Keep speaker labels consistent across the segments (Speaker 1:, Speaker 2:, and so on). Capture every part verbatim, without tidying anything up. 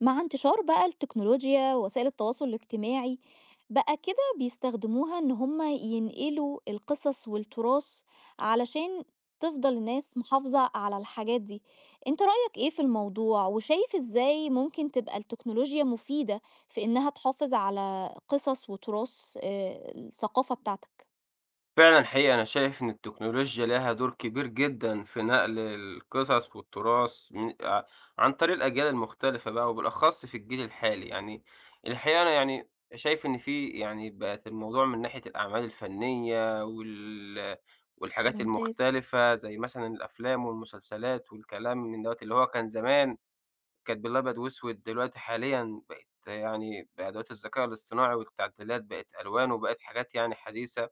Speaker 1: مع انتشار بقى التكنولوجيا ووسائل التواصل الاجتماعي بقى كده بيستخدموها ان هم ينقلوا القصص والتراث علشان تفضل الناس محافظة على الحاجات دي. انت رأيك ايه في الموضوع وشايف ازاي ممكن تبقى التكنولوجيا مفيدة في انها تحافظ على قصص وتراث آه، الثقافة بتاعتك؟
Speaker 2: فعلًا حقيقي أنا شايف إن التكنولوجيا ليها دور كبير جدًا في نقل القصص والتراث من ع عن طريق الأجيال المختلفة بقى، وبالأخص في الجيل الحالي. يعني الحقيقة أنا يعني شايف إن في يعني بقت الموضوع من ناحية الأعمال الفنية وال والحاجات
Speaker 1: ممتاز.
Speaker 2: المختلفة زي مثلًا الأفلام والمسلسلات والكلام من دوّة، اللي هو كان زمان كانت بالأبيض وأسود، دلوقتي حاليًا بقت يعني بأدوات الذكاء الاصطناعي والتعديلات بقت ألوان وبقت حاجات يعني حديثة.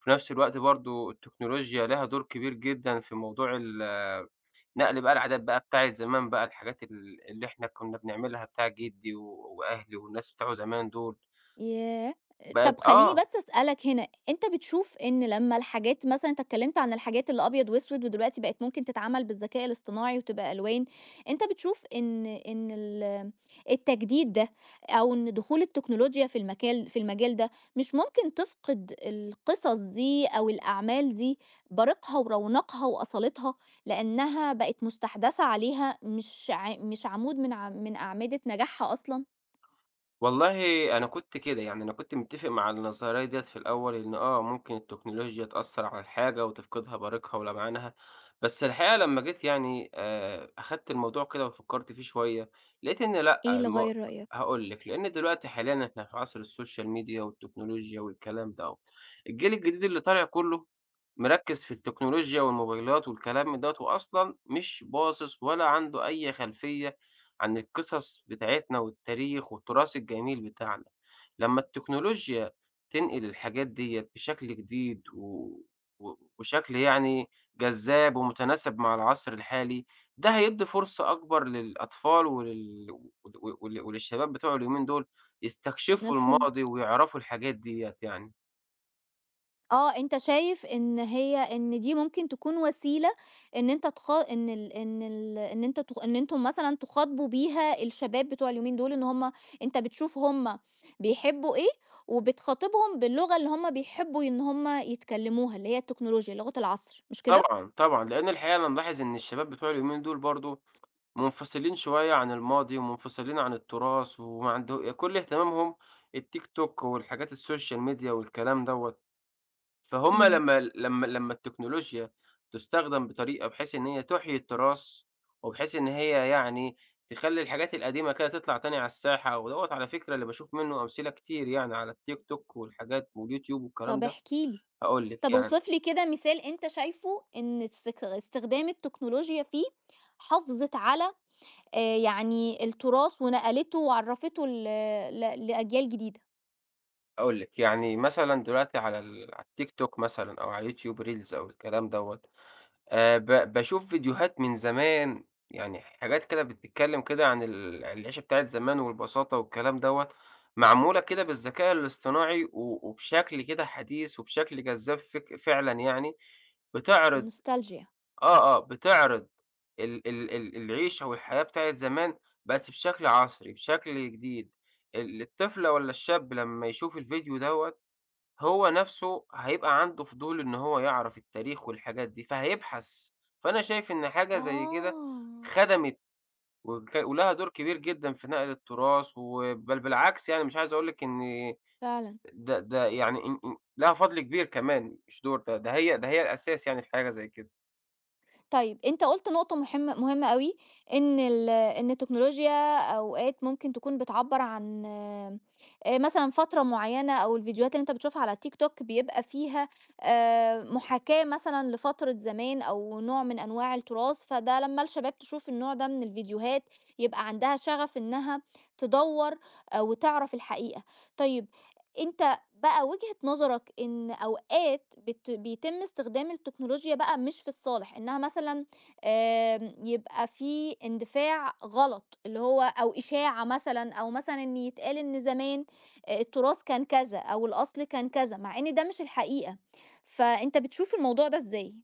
Speaker 2: في نفس الوقت برضه التكنولوجيا لها دور كبير جدًا في موضوع ال نقل بقى العادات بقى بتاعة زمان بقى، الحاجات ال اللي إحنا كنا بنعملها بتاع جدي و وأهلي والناس بتوعه زمان دول،
Speaker 1: ياه!
Speaker 2: بقت
Speaker 1: طب خلّيني
Speaker 2: آه.
Speaker 1: بس أسألك هنا، أنت بتشوف إن لمّا الحاجات مثلًا، أنت اتكلّمت عن الحاجات اللي أبيض وأسود ودلوقتي بقت ممكن تتعمل بالذكاء الاصطناعي وتبقى ألوان، أنت بتشوف إن إن ال التجديد ده أو إن دخول التكنولوجيا في المكال في المجال ده مش ممكن تفقد القصص دي أو الأعمال دي بريقها ورونقها وأصالتها، لإنها بقت مستحدثة عليها، مش ع مش عمود من ع من أعمدة نجاحها أصلًا؟
Speaker 2: والله أنا كنت كده، يعني أنا كنت متّفق مع النظرية ديّة في الأول إن آه، ممكن التكنولوجيا تأثّر على الحاجة وتفقدها بريقها ولمعانها. بس الحقيقة لمّا جيت يعني آآ أخدت الموضوع كده وفكّرت فيه شوية، لقيت إن
Speaker 1: إيه
Speaker 2: لأ،
Speaker 1: اللي
Speaker 2: الم
Speaker 1: غيّر رأيك؟
Speaker 2: هاقول لِك، لإن دلوقتي حاليًا إحنا في عصر السوشيال ميديا والتكنولوجيا والكلام ده أهو. الجيل الجديد اللي طالع كُلّه مركّز في التكنولوجيا والموبايلات والكلام من دوّة، وأصلًا مش باصص ولا عنده أي خلفية عن القصص بتاعتنا والتاريخ والتراث الجميل بتاعنا. لما التكنولوجيا تنقل الحاجات دي بشكل جديد و... و... وشكل يعني جذاب ومتناسب مع العصر الحالي، ده هيدي فرصة أكبر للأطفال ولل... ول- ول- وللشباب بتوع اليومين دول يستكشفوا
Speaker 1: مفهوم.
Speaker 2: الماضي ويعرفوا الحاجات ديت يعني.
Speaker 1: آه، أنت شايف إن هي إن دي ممكن تكون وسيلة إن أنت تخ إن ال إن ال إن أنت تخ إن أنتم مثلًا تخاطبوا بيها الشباب بتوع اليومين دول، إن هم، أنت بتشوف هم بيحبوا إيه، وبتخاطبهم باللغة اللي هم بيحبوا إن هم يتكلموها، اللي هي التكنولوجيا، لغة العصر، مش كده؟
Speaker 2: طبعا طبعا لأن الحقيقة أنا ملاحظ إن الشباب بتوع اليومين دول برضو منفصلين شوية عن الماضي، ومنفصلين عن التراث، وما عنده يعني كل اهتمامهم التيك توك والحاجات السوشيال ميديا والكلام دوّة. فهُم
Speaker 1: إمم.
Speaker 2: لمّا لمّا لمّا التكنولوجيا تُستخدم بطريقة بحيث إن هي تُحيي التراث، وبحيث إن هي يعني تخلّي الحاجات القديمة كده تطلع تاني على الساحة، ودوّة على فكرة اللي باشوف منّه أمثلة كتير يعني على التيك توك والحاجات واليوتيوب والكلام
Speaker 1: طب
Speaker 2: ده.
Speaker 1: احكِ لي،
Speaker 2: هاقول لِك
Speaker 1: طب
Speaker 2: يعني
Speaker 1: اوصف لي كده مثال أنت شايفه إن استخ استخدام التكنولوجيا فيه حافظت على آآ يعني التراث ونقلته وعرّفته ل ل لأجيال جديدة.
Speaker 2: هاقول لِك، يعني مثلًا دلوقتي على ال على التيك توك مثلًا أو على اليوتيوب reels أو الكلام دوّة، آآ ب باشوف فيديوهات من زمان، يعني حاجات كده بتتكلّم كده عن ال العيشة بتاعة زمان والبساطة والكلام دوّة، معمولة كده بالذكاء الاصطناعي و وبشكل كده حديث وبشكل جذاب فك فعلًا يعني، بتعرض
Speaker 1: النوستالجيا.
Speaker 2: آه. آه، بتعرض ال ال ال العيشة والحياة بتاعة زمان بس بشكل عصري، بشكل جديد. ال الطفل والّا الشاب لمّا يشوف الفيديو دوّة هو نَفْسه هيبقى عنده فضول إن هو يعرف التاريخ والحاجات دي، فهيبحث. فأنا شايف إن حاجة زي كده
Speaker 1: آه،
Speaker 2: خدمِت وك ولها دور كبير جدًا في نقل التراث، و بل بالعكس يعني مش عايز أقول لِك إن
Speaker 1: فعلًا.
Speaker 2: ده ده يعني إن إن لها فضل كبير كمان مش دور، ده ده هي ده هي الأساس يعني في حاجة زي كده.
Speaker 1: طيب أنت قُلت نقطة مُحمة مهمة أوي، إن ال إن التكنولوجيا أوقات ممكن تكون بتعبّر عن آآ مثلًا فترة معيّنة، أو الفيديوهات اللي أنت بتشوفها على الTikTok بيبقى فيها آآ محاكاة مثلًا لفترة زمان أو نوع من أنواع التراث، فده لمّا الشباب تشوف النوع ده من الفيديوهات يبقى عندها شغف إنها تدوّر آآ وتعرف الحقيقة. طيب أنت بقى وجهة نظرك إن أوقات بت بيتم استخدام التكنولوجيا بقى مش في الصالح، إنها مثلًا آمم يبقى في اندفاع غلط، اللي هو أو إشاعة مثلًا، أو مثلًا إن يتقال إن زمان آآ التراث كان كذا أو الأصل كان كذا، مع إن ده مش الحقيقة، فأنت بتشوف الموضوع ده إزاي؟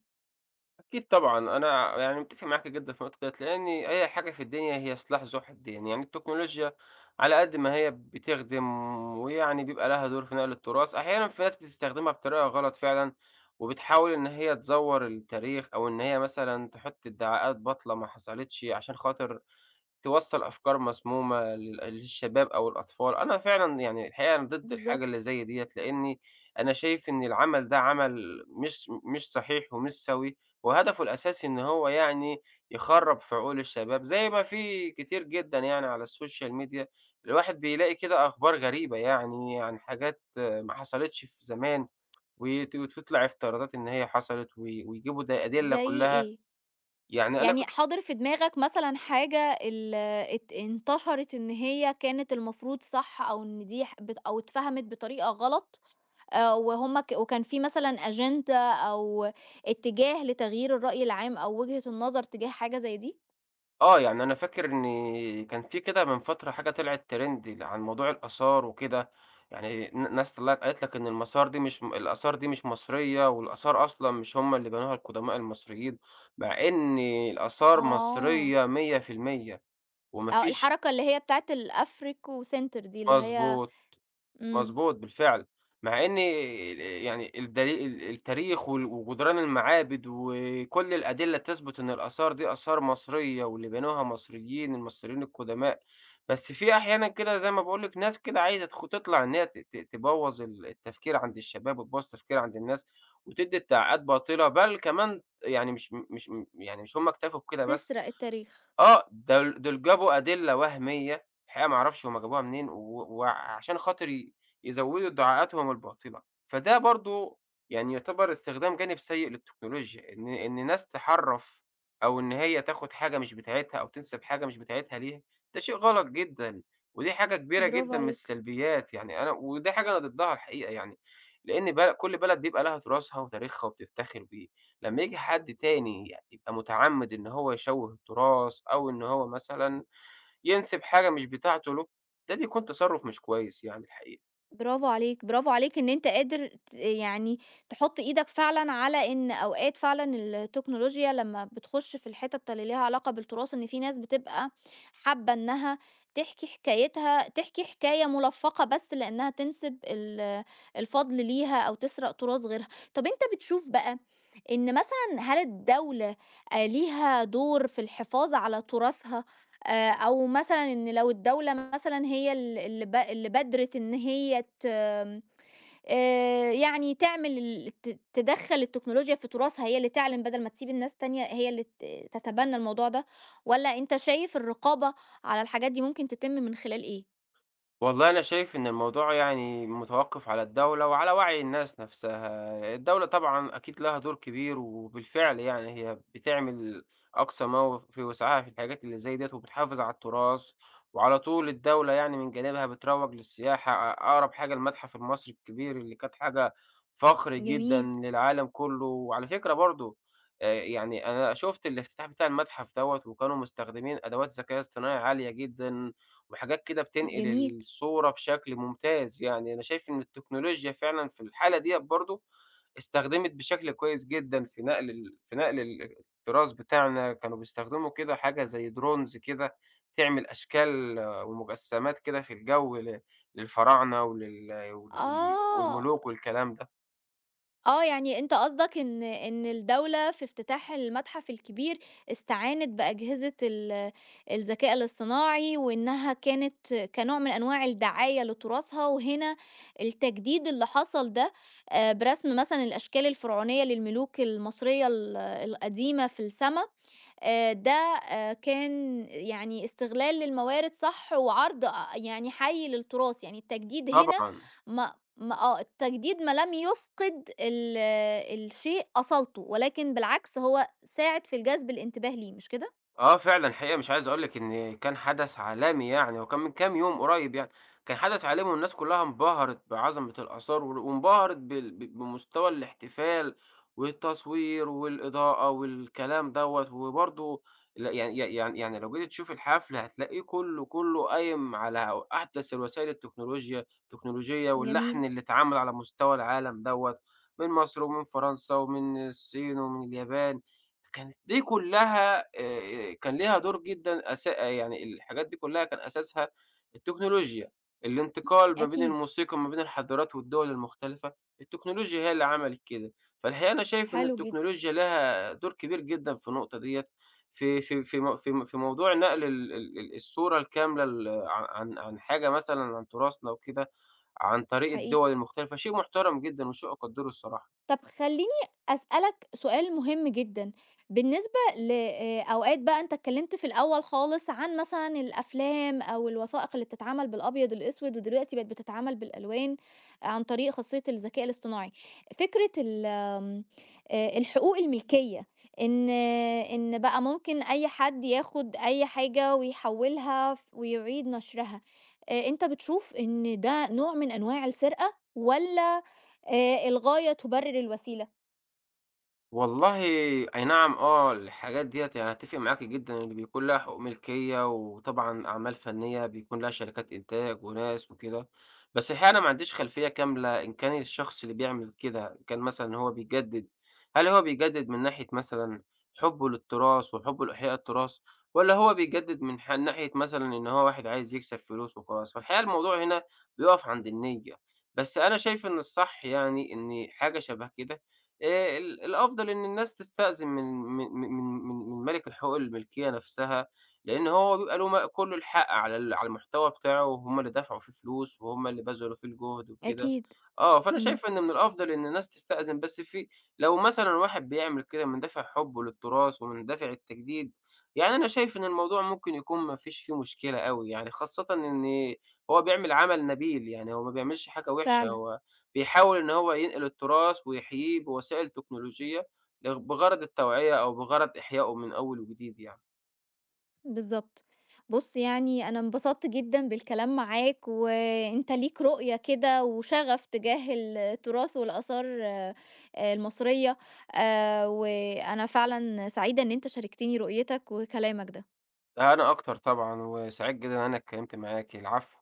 Speaker 2: أكيد طبعًا، أنا يعني متّفق معاكِ جدًا في النقطة ديّة، لإن أي حاجة في الدنيا هي سلاح ذو حدين. يعني التكنولوجيا على قد ما هي بتخدم ويعني بيبقى لها دور في نقل التراث، أحيانًا في ناس بتستخدمها بطريقة غلط فعلًا، وبتحاول إن هي تزوّر التاريخ أو إن هي مثلًا تحط ادعاءات باطلة ما حصلتش عشان خاطر توصّل أفكار مسمومة لل للشباب أو الأطفال. أنا فعلًا يعني الحقيقة أنا ضد الحاجة اللي
Speaker 1: بالضبط.
Speaker 2: زي ديّة، لإني أنا شايف إن العمل ده عمل مش مش صحيح ومش سَوِي، وهدفه الأساسي إن هو يعني يخرّب في عقول الشباب، زي ما في كتير جدًا يعني على السوشيال ميديا. الواحد بيلاقي كده أخبار غريبة يعني عن حاجات آه، ما حصلتش في زمان، وت وتطلع افتراضات إن هي حصلت، و ويجيبوا ده أدلة
Speaker 1: زي
Speaker 2: كلّها
Speaker 1: إيه؟
Speaker 2: يعني أنا
Speaker 1: يعني حاضر في دماغك مثلًا حاجة ال ات انتشرت إن هي كانت المفروض صح، أو إن دي ح بت أو اتفهمت بطريقة غلط؟ آآ وهُم ك وكان في مثلًا أجندة أو اتجاه لتغيير الرأي العام أو وجهة النظر تجاه حاجة زي دي؟
Speaker 2: آه. يعني أنا فاكر إن كان في كده من فترة حاجة طلعت ترند عن موضوع الآثار وكده، يعني ن ناس طلعت قالت لك إن المسار دي مش م الآثار دي مش مصرية، والآثار أصلًا مش هم اللي بنوها القدماء المصريين، مع إن الآثار
Speaker 1: آه،
Speaker 2: مصرية مية في المية، وما
Speaker 1: آه،
Speaker 2: فيش
Speaker 1: الحركة اللي هي بتاعة الAfrico Center دي اللي هي.
Speaker 2: مضبوط.
Speaker 1: إمم.
Speaker 2: مضبوط بالفعل، مع إن ال يعني الدلي ال التاريخ وال وجدران المعابد وكل الأدلة تثبت إن الآثار دي آثار مصرية واللي بنوها مصريين، المصريين القدماء. بس في أحيانًا كده زي ما باقول لِك ناس كده عايزة تخ تطلع إن هي ت ت تبوّظ ال التفكير عند الشباب وتبوّظ التفكير عند الناس وتدّي ادعاءات باطلة، بل كمان يعني مش مش يعني مش هم اكتفوا بكده بس.
Speaker 1: تسرق التاريخ.
Speaker 2: آه، دول دول جابوا أدلة وهمية، الحقيقة ما أعرفش هم جابوها منين، و وعشان خاطر ي يزوّدوا ادعاءاتهم الباطلة. فده برضه يعني يُعتبر استخدام جانب سيء للتكنولوجيا، إن إن ناس تحرّف أو إن هي تاخد حاجة مش بتاعتها أو تنسب حاجة مش بتاعتها ليها، ده شيء غلط جدًا، ودي حاجة كبيرة
Speaker 1: برافو
Speaker 2: جدًا من
Speaker 1: عليك.
Speaker 2: السلبيات، يعني أنا ودي حاجة أنا ضدها الحقيقة يعني، لإن بل كل بلد بيبقى لها تراثها وتاريخها وبتفتخر بيه. لمّا ييجي حد تاني يبقى متعمد إن هو يشوه التراث، أو إن هو مثلًا ينسب حاجة مش بتاعته له، ده بيكون تصرف مش كويس يعني الحقيقة.
Speaker 1: برافو عليك، برافو عليك إن أنت قادر ت يعني تحُط إيدك فعلًا على إن أوقات فعلًا التكنولوجيا لمّا بتخُش في الحِتَت اللي ليها علاقة بالتراث، إن في ناس بتبقى حابة إنها تحكي حكايتها تحكي حكاية مُلفّقة بس لإنها تنسب ال الفضل ليها أو تسرق تراث غيرها. طَب أنت بتشوف بقى إن مثلًا هل الدولة آآ ليها دور في الحفاظ على تراثها؟ آآ، أو مثلًا إن لو الدولة مثلًا هي ال اللي ب اللي بادرت إن هي ت آمم، آآ، يعني تعمل ال ت تدخّل التكنولوجيا في تراثها، هي اللي تعلن بدل ما تسيب الناس تانية هي اللي ت تتبنى الموضوع ده، والّا أنت شايف الرقابة على الحاجات دي ممكن تتم من خلال إيه؟
Speaker 2: والله أنا شايف إن الموضوع يعني متوقف على الدولة وعلى وعي الناس نفسها. الدولة طبعًا أكيد لها دور كبير، وبالفعل يعني هي بتعمل أقصى ما هو في وسعها في الحاجات اللي زي ديّة، وبتحافظ على التراث، وعلى طول الدولة يعني من جانبها بتروّج للسياحة. أقرب حاجة المتحف المصري الكبير اللي كانت حاجة فخر جدًا
Speaker 1: جميل.
Speaker 2: للعالم كله، وعلى فكرة برضه آآ يعني أنا شُفت الافتتاح بتاع المتحف دوّة، وكانوا مستخدمين أدوات ذكاء اصطناعي عالية جدًا وحاجات كده بتنقل
Speaker 1: جميل.
Speaker 2: الصورة بشكل ممتاز. يعني أنا شايف إن التكنولوجيا فعلًا في الحالة ديّة برضه استخدمت بشكل كويس جدًا في نقل ال في نقل ال التراث بتاعنا. كانوا بيستخدموا كده حاجة زي drones كده تعمل أشكال آه، ومجسمات كده في الجو ل للفراعنة ولل وال وال
Speaker 1: آه.
Speaker 2: والملوك والكلام ده،
Speaker 1: آه، يعني أنت قصدك إن إن الدولة في افتتاح المتحف الكبير استعانت بأجهزة ال الذكاء الاصطناعي، وإنها كانت كنوع من أنواع الدعاية لتراثها، وهنا التجديد اللي حصل ده آآ برسم مثلًا الأشكال الفرعونية للملوك المصرية ال القديمة في السما، آآ ده آآ كان يعني استغلال للموارد صح، وعرض أ يعني حَيّ للتراث، يعني التجديد هنا
Speaker 2: طبعًا.
Speaker 1: ما ما آه، التجديد ما لم يفقد ال آه، الشيء أصالته، ولكن بالعكس هو ساعد في الجذب الانتباه ليه، مش كده؟
Speaker 2: آه فعلًا، حقيقة مش عايز أقول لِك إن كان حدث عالمي يعني، وكان من كام يوم قريب يعني. كان حدث عالمي والناس كلها انبهرت بعظمة الآثار وال وانبهرت بال ب بمستوى الاحتفال والتصوير والإضاءة والكلام دوّة. وبرضه ل يعني ي يعني يعني لو جيتِ تشوفي الحفل هتلاقيه كلّه، كلّه قايم على أحدث الوسائل التكنولوجيا التكنولوجية
Speaker 1: جميل.
Speaker 2: واللحن اللي اتعمل على مستوى العالم دوّة، من مصر ومن فرنسا ومن الصين ومن اليابان. كانت دي كلّها آآ كان ليها دور جدًا أسا آه، يعني الحاجات دي كلّها كان أساسها التكنولوجيا، الانتقال ما بين
Speaker 1: أكيد.
Speaker 2: الموسيقى ما بين الحضارات والدول المختلفة. التكنولوجيا هي اللي عملت كده. فالحقيقة أنا شايف إن
Speaker 1: حلو جدًا.
Speaker 2: التكنولوجيا لها دور كبير جدًا في النقطة ديّة، في في في م في م في موضوع نقل ال ال ال الصورة الكاملة ال عن عن عن حاجة مثلًا عن تراثنا وكده، عن طريق
Speaker 1: حقيقي.
Speaker 2: الدول المختلفة، شيء محترم جدًا وشيء أقدّره الصراحة.
Speaker 1: طب خلّيني أسألك سؤال مهم جدًا. بالنسبة ل آآ أوقات بقى، أنت اتكلّمت في الأول خالص عن مثلًا الأفلام أو الوثائق اللي بتتعمل بالأبيض والأسود ودلوقتي بقت بتتعمل بالألوان عن طريق خاصية الذكاء الاصطناعي، فكرة ال آمم آآ الحقوق الملكية، إن إن بقى ممكن أي حد ياخُد أي حاجة ويحوّلها ف ويعيد نشرها، آآ أنت بتشوف إن ده نوع من أنواع السرقة، والّا آآ الغاية تبرر الوسيلة؟
Speaker 2: والله أي نعم آه، الحاجات ديّة يعني أتّفق معاكِ جدًا، اللي بيكون لها حقوق ملكية وطبعًا أعمال فنية بيكون لها شركات إنتاج وناس وكده. بس الحقيقة أنا ما عنديش خلفية كاملة إن كان الشخص اللي بيعمل كده إن كان مثلًا هو بيجدد، هل هو بيجدد من ناحية مثلًا حُبّه للتراث وحُبّه لإحياء التراث، والّا هو بيجدد من ح ناحية مثلًا إن هو واحد عايز يكسب فلوس وخلاص. فالحقيقة الموضوع هنا بيقف عند النية. بس أنا شايف إن الصح يعني إن حاجة شبه كده آآ ال الأفضل إن الناس تستأذن من من من من من مَلِك الحقوق الملكية نفسها، لإن هو بيبقى له م كُلّه الحق على ال على المحتوى بتاعه، وهُم اللي دفعوا فيه فلوس، وهُم اللي بذلوا فيه الجهد وكده.
Speaker 1: أكيد.
Speaker 2: آه، فأنا
Speaker 1: إمم.
Speaker 2: شايف إن من الأفضل إن الناس تستأذن. بس في لو مثلًا واحد بيعمل كده من دافع حُبّه للتراث ومن دافع التجديد، يعني أنا شايف إن الموضوع ممكن يكون ما فيش فيه مشكلة أوي يعني، خاصةً إن هو بيعمل عمل نبيل، يعني هو ما بيعملش حاجة وِحشة،
Speaker 1: فعلًا.
Speaker 2: هو بيحاول إن هو ينقل التراث ويحييه بوسائل تكنولوجية لغ بغرض التوعية أو بغرض إحيائه من أول وجديد يعني.
Speaker 1: بالضبط. بُص، يعني أنا انبسطت جدًا بالكلام معاك، وأنت ليك رؤية كده وشغف تجاه التراث والآثار آآ المصرية، آآ وأنا فعلًا سعيدة إن أنت شاركتني رؤيتك وكلامك ده.
Speaker 2: ده أنا أكتر طبعًا، وسعيد جدًا إن أنا اتكلمت معاكِ، العفو.